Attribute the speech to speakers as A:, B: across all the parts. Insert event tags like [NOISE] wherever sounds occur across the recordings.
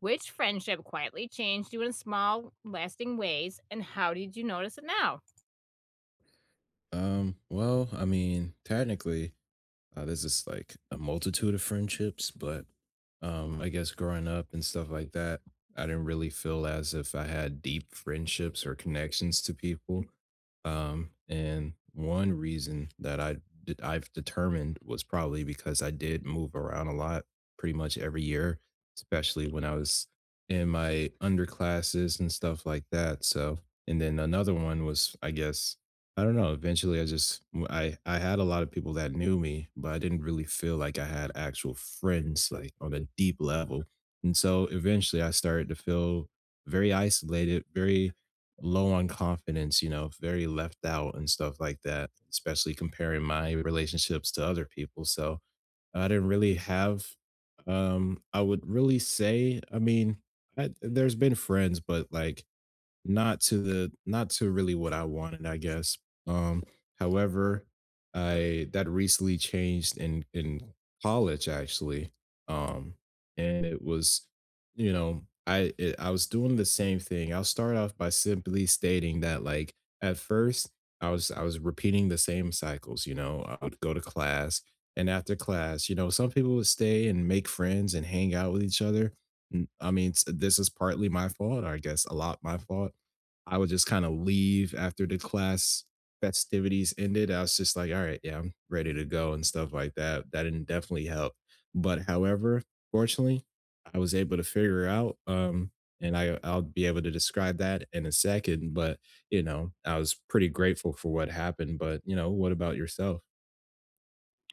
A: Which friendship quietly changed you in small, lasting ways, and how did you notice it now?
B: I mean, technically, there's just like a multitude of friendships, but I guess growing up and stuff like that, I didn't really feel as if I had deep friendships or connections to people. And one reason that I did, I've determined was probably because I did move around a lot, pretty much every year, especially when I was in my underclasses and stuff like that. So, and then another one was, I guess I don't know, eventually I just w I had a lot of people that knew me, but I didn't really feel like I had actual friends, like, on a deep level, and so eventually I started to feel very isolated, very low on confidence, you know, very left out and stuff like that, especially comparing my relationships to other people, so I didn't really have, I would really say I mean, I there's been friends, but, like, not to really what I wanted, I guess. Um, however, I that recently changed in college actually. Um, and it was, you know, I it, I was doing the same thing. I'll start off by simply stating that like at first I was repeating the same cycles, you know. I would go to class and after class, you know, some people would stay and make friends and hang out with each other. This is partly my fault, I guess a lot my fault. I would just kinda leave after the class festivities ended. I was just like, "All right, yeah, I'm ready to go," and stuff like that. That didn't definitely help. But however, fortunately, I was able to figure out, and I'll be able to describe that in a second, but, you know, I was pretty grateful for what happened, but, you know, what about yourself?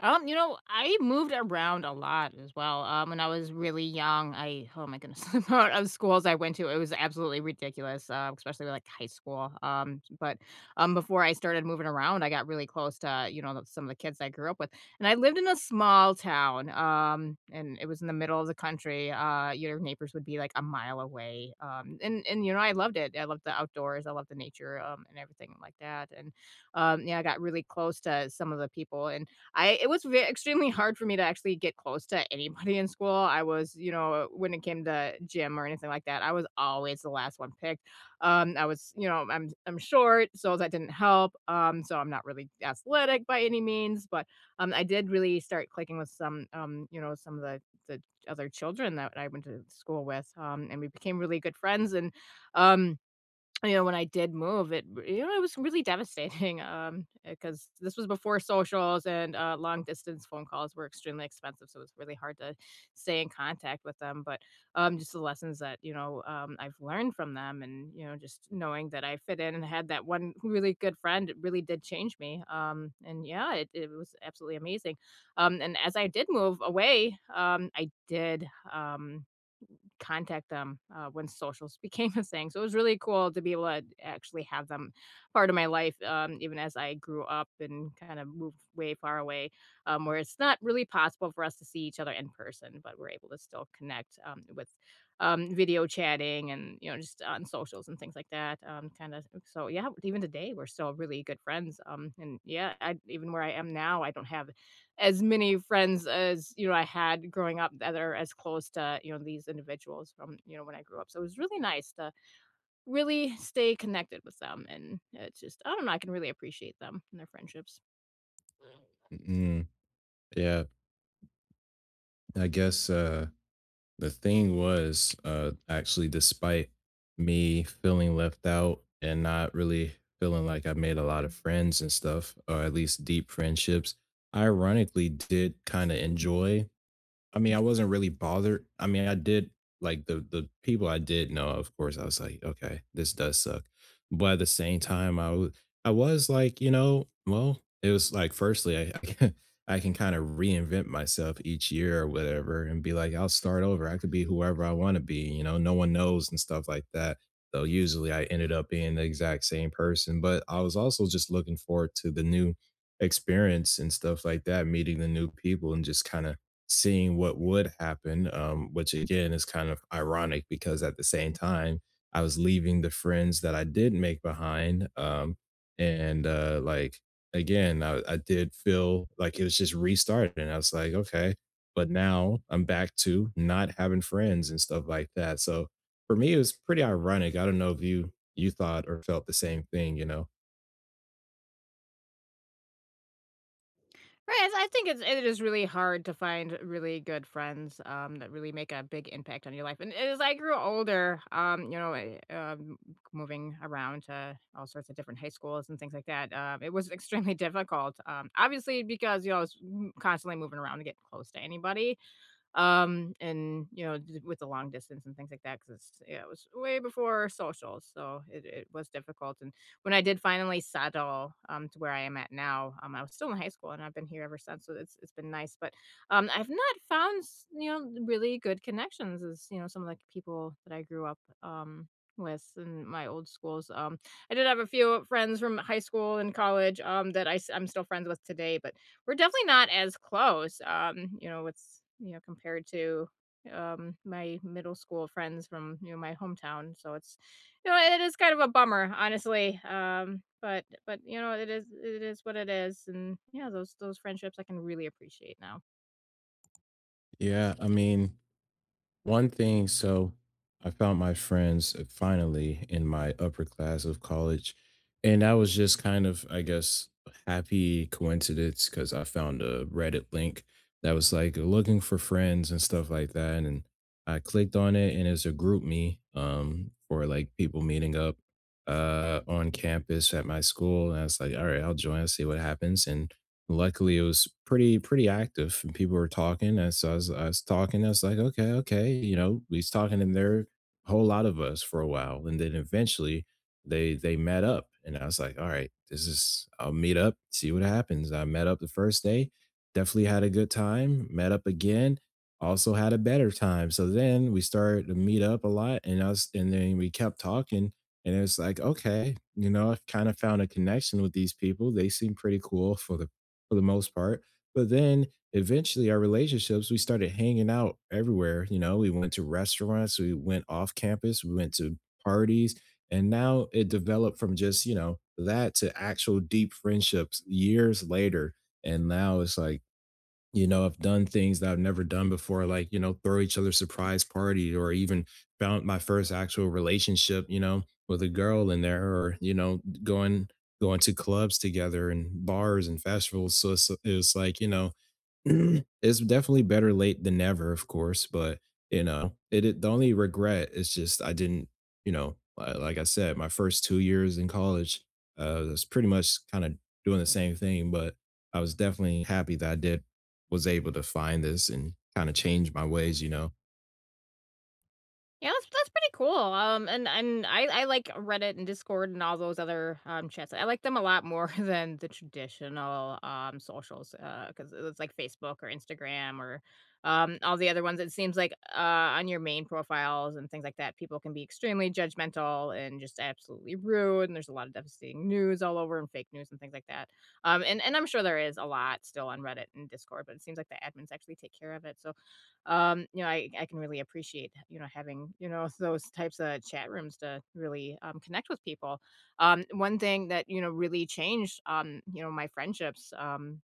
A: I moved around a lot as well. When I was really young, I oh my goodness, [LAUGHS] the amount of schools I went to, it was absolutely ridiculous. Especially with, like, high school. But Before I started moving around, I got really close to some of the kids I grew up with, and I lived in a small town. And it was in the middle of the country. Your neighbors would be like a mile away. I loved it. I loved the outdoors. I loved the nature. And everything like that. And Yeah, I got really close to some of the people, and I it was ve extremely hard for me to actually get close to anybody in school. I was, you know, when it came to gym or anything like that, I was always the last one picked. I was, you know, I'm short, so that didn't help. So I'm not really athletic by any means, but I did really start clicking with some, you know, some of the other children that I went to school with, and we became really good friends. And um, you know, when I did move, it you know, it was really devastating, [LAUGHS] 'cause this was before socials and, long distance phone calls were extremely expensive, so it was really hard to stay in contact with them, but just the lessons that, you know, I've learned from them and, you know, just knowing that I fit in and had that one really good friend, it really did change me, and yeah, it was absolutely amazing, and as I did move away, I did, um contact them, when socials [LAUGHS] became a thing, so it was really cool to be able to actually have them part of my life, even as I grew up and kind of moved way far away, where it's not really possible for us to see each other in person, but we're able to still connect, with video chatting and, you know, just on socials and things like that, kinda so, yeah, even today, we're still really good friends, and yeah, I even where I am now, I don't have as many friends as, you know, I had growing up that are as close to, you know, these individuals from, you know, when I grew up. So it was really nice to really stay connected with them, and it's just I don't know, I can really appreciate them and their friendships.
B: Mm, yeah, I guess, the thing was, actually, despite me feeling left out and not really feeling like I made a lot of friends and stuff, or at least deep friendships, I ironically did kind of enjoy I mean, I wasn't really bothered. I mean, I did like the people I did know, of course, I was like, okay, this does suck. But at the same time, I was like, you know, well, it was like firstly, I, [LAUGHS] I can kind of reinvent myself each year or whatever and be like, I'll start over. I could be whoever I want to be, you know, no one knows and stuff like that. Though, usually I ended up being the exact same person. But I was also just looking forward to the new experience and stuff like that, meeting the new people and just kind of seeing what would happen, which again is kind of ironic because at the same time, I was leaving the friends that I did make behind. And like, again, I did feel like it was just restarting. I was like, okay. But now I'm back to not having friends and stuff like that. So for me, it was pretty ironic. I don't know if you thought or felt the same thing, you know?
A: Right, it's I think it is really hard to find really good friends, that really make a big impact on your life, and as I grew older, moving around to all sorts of different high schools and things like that, it was [LAUGHS] extremely difficult, obviously because, you know, I was m constantly moving around to get close to anybody. And, you know, d with the long distance and things like that because yeah, it was way before social, so it was difficult, and when I did finally settle, to where I am at now, I was still in high school, and I've been here ever since, so it's been nice, but, I've not found s you know, really good connections as, you know, some of the people that I grew up, with in my old schools, I did have a few friends from high school and college, that I'm still friends with today, but we're definitely not as close, you know, it's you know, compared to, my middle school friends from, you know, my hometown, so it's you know, it is kind of a bummer, honestly, but it is what it is, and, yeah, those friendships I can really appreciate now.
B: Yeah, I mean, one thing, so I found my friends finally in my upper class of college. And that was just kind of, I guess, a happy coincidence because I found a Reddit link that was like looking for friends and stuff like that. And I clicked on it and it's a group me for like people meeting up on campus at my school. And I was like, all right, I'll join, I'll see what happens. And luckily it was pretty active and people were talking as I was talking I was like okay you know he's talking in there whole lot of us for a while and then eventually they met up and I was like all right this is I'll meet up see what happens. I met up the first day, definitely had a good time, met up again, also had a better time, so then we started to meet up a lot and us, and then we kept talking and it's like okay, you know, I've kind of found a connection with these people. They seem pretty cool for the most part. But then eventually our relationships, we started hanging out everywhere. You know, we went to restaurants, we went off campus, we went to parties. And now it developed from just, you know, that to actual deep friendships years later. And now it's like, you know, I've done things that I've never done before, like, you know, throw each other surprise parties, or even found my first actual relationship, you know, with a girl in there or, you know, going to clubs together and bars and festivals. So it's like, you know, [CLEARS THROAT] Mhm. It's definitely better late than never, of course, but, you know, it the only regret is just I didn't, you know, li like I said, my first 2 years in college, was pretty much kinda doing the same thing, but I was definitely happy that I did was able to find this and kinda change my ways, you know?
A: Yeah, that's pretty cool. And I like Reddit and Discord and all those other chats. I like them a lot more [LAUGHS] than the traditional socials, because it's like Facebook or Instagram or all the other ones. It seems like on your main profiles and things like that, people can be extremely judgmental and just absolutely rude. And there's a lot of devastating news all over and fake news and things like that. And I'm sure there is a lot still on Reddit and Discord, but it seems like the admins actually take care of it. So you know, I can really appreciate, you know, having, you know, [LAUGHS] those types of chat rooms to really, connect with people. One thing that, you know, really changed, you know, my friendships,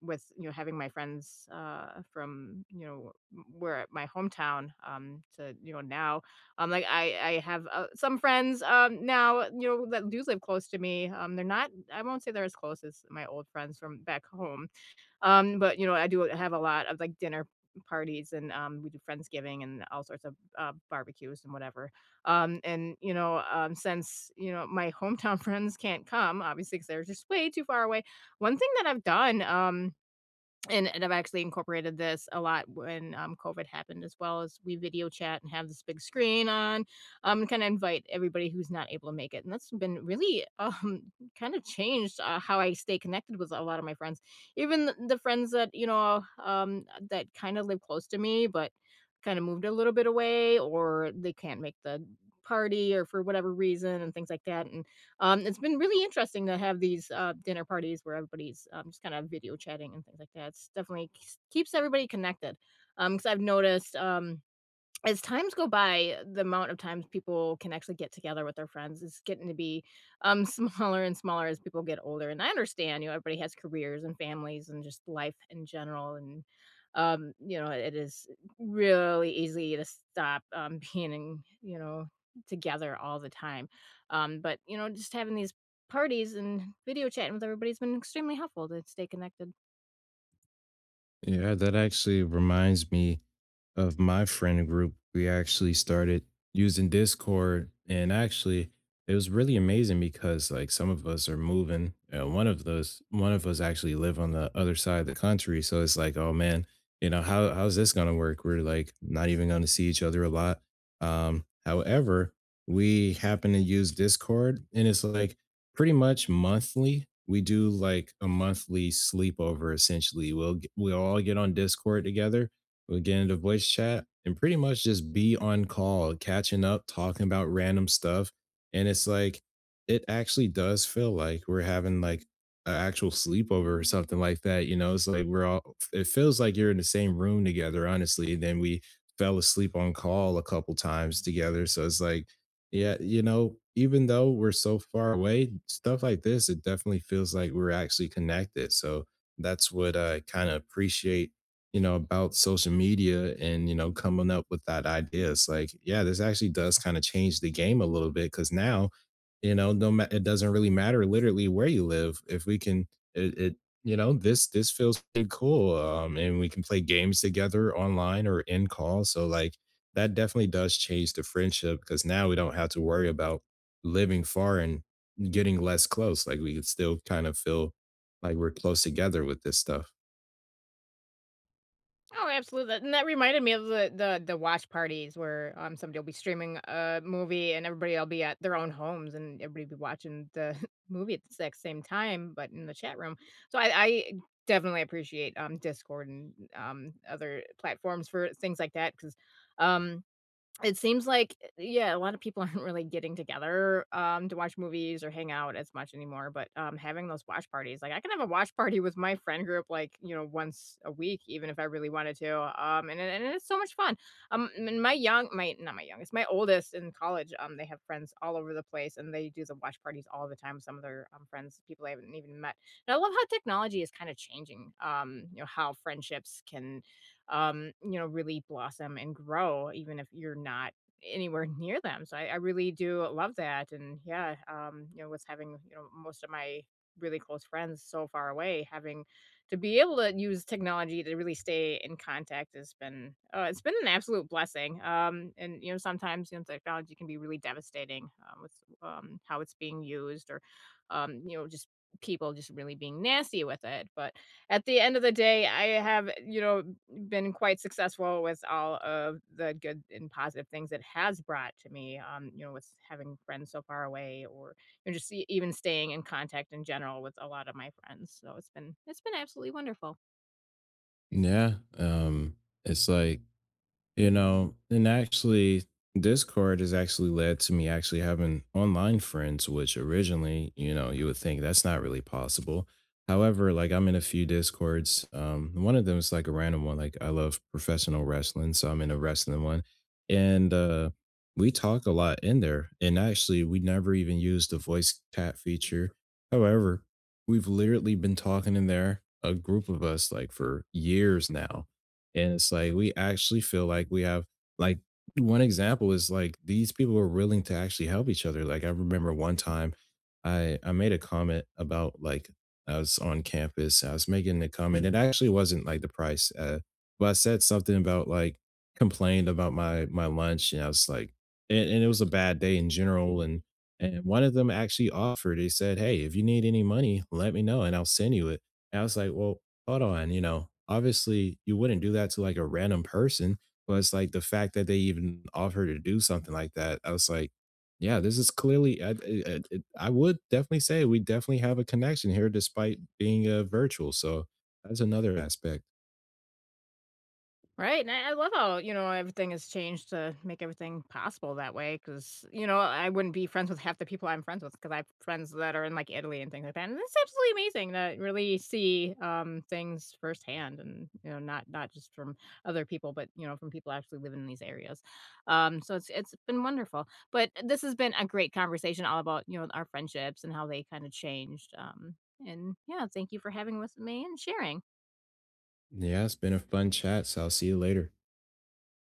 A: with, you know, having my friends, from, you know, where my hometown, to, you know, now, like, I have, some friends, now, you know, that do live close to me. They're not I won't say they're as close as my old friends from back home. But, you know, I do have a lot of, like, dinner parties and, we do Friendsgiving and all sorts of, barbecues and whatever. And, you know, since, you know, my hometown [LAUGHS] friends can't come, obviously because 'cause they're just way too far away, one thing that I've done, and I've actually incorporated this a lot when, COVID happened as well as we video chat and have this big screen on, and kinda invite everybody who's not able to make it, and that's been really, [LAUGHS] kind of changed, how I stay connected with a lot of my friends. Even the friends that, you know, that kinda live close to me, but kinda moved a little bit away or they can't make the party or for whatever reason and things like that, and it's been really interesting to have these, dinner parties where everybody's, just kinda video chatting and things like that. It's definitely keeps everybody connected, because 'cause I've noticed, as times go by, the amount of times people can actually get together with their friends is getting to be [LAUGHS] smaller and smaller as people get older. And I understand, you know, everybody has careers and families and just life in general. And you know, it is really easy to stop [LAUGHS] being, in, you know, together all the time. But, you know, just having these parties and video chatting with everybody's been extremely helpful to stay connected.
B: Yeah, that actually reminds me of my friend group, we actually started using Discord. And actually, it was really amazing because like some of us are moving. One of us actually live on the other side of the country. So it's like, oh man, you know, how how's this gonna work? We're like not even gonna see each other a lot. Um, however, we happen to use Discord and it's like pretty much monthly. We do like a monthly sleepover essentially. We'll all get on Discord together. We'll get into voice chat and pretty much just be on call, catching up, talking about random stuff. And it's like, it actually does feel like we're having like an actual sleepover or something like that. You know, it's like we're all, it feels like you're in the same room together, honestly. Then we fell asleep on call a couple times together. So it's like, yeah, you know, even though we're so far away, stuff like this, it definitely feels like we're actually connected. So that's what I kind of appreciate, you know, about social media and, you know, coming up with that idea. It's like, yeah, this actually does kind of change the game a little bit because now, you know, it doesn't really matter literally where you live. If we can, it you know, this feels pretty cool, and we can play games together online or in call. So like that definitely does change the friendship because now we don't have to worry about living far and getting less close. Like we could still kind of feel like we're close together with this stuff.
A: Oh, absolutely. That and that reminded me of the watch parties where, somebody will be streaming a movie and everybody will be at their own homes and everybody be watching the [LAUGHS] movie at the exact same time, but in the chat room. So I definitely appreciate, Discord and, other platforms for things like that, 'cause, um it seems like yeah, a lot of people [LAUGHS] aren't really getting together, to watch movies or hang out as much anymore, but, having those watch parties, like, I can have a watch party with my friend group, like, you know, once a week, even if I really wanted to, and it's so much fun. And my young my not my youngest, my oldest in college, they have friends all over the place, and they do the watch parties all the time, some of their, friends, people I haven't even met. And I love how technology is kinda changing, you know, how friendships can you know, really blossom and grow, even if you're not anywhere [LAUGHS] near them. So I really do love that. And yeah, you know, with having, you know, most of my really close friends so far away, having to be able to use technology to really stay in contact has been, it's been an absolute blessing. And, you know, sometimes, you know, technology can be really devastating with how it's being used or, you know, just people just really being nasty with it. But at the end of the day, I have, you know, been quite successful with all of the good and positive things it has brought to me, you know, with having friends so far away or, you know, just e even staying in contact in general with a lot of my friends. So it's been absolutely wonderful.
B: Yeah. It's like you know, and actually, Discord has actually led to me actually having online friends, which originally, you know, you would think that's not really possible. However, like I'm in a few Discords. One of them is like a random one. Like I love professional wrestling, so I'm in a wrestling one, and we talk a lot in there. And actually, we never even used the voice chat feature. However, we've literally been talking in there, a group of us, like for years now and it's like we actually feel like we have like one example is like these people are willing to actually help each other. Like I remember one time I made a comment about like I was on campus. I was making a comment. It actually wasn't like the price. But I said something about like complained about my lunch and I was like and it was a bad day in general and one of them actually offered, he said, "Hey, if you need any money, let me know and I'll send you it." And I was like, well, hold on, you know, obviously you wouldn't do that to like a random person, but it's like the fact that they even offer to do something like that. I was like, yeah, this is clearly, I would definitely say we definitely have a connection here despite being virtual. So that's another aspect.
A: Right, and I love how, you know, everything has changed to make everything possible that way. Because you know, I wouldn't be friends with half the people I'm friends with because I have friends that are in, like, Italy and things like that, and it's absolutely amazing to really see, things firsthand and, you know, not just from other people, but, you know, from people actually living in these areas. So it's been wonderful, but this has been a great conversation all about, you know, our friendships and how they kinda changed, and, yeah, thank you for having with me and sharing.
B: Yeah, it's been a fun chat. So I'll see you later.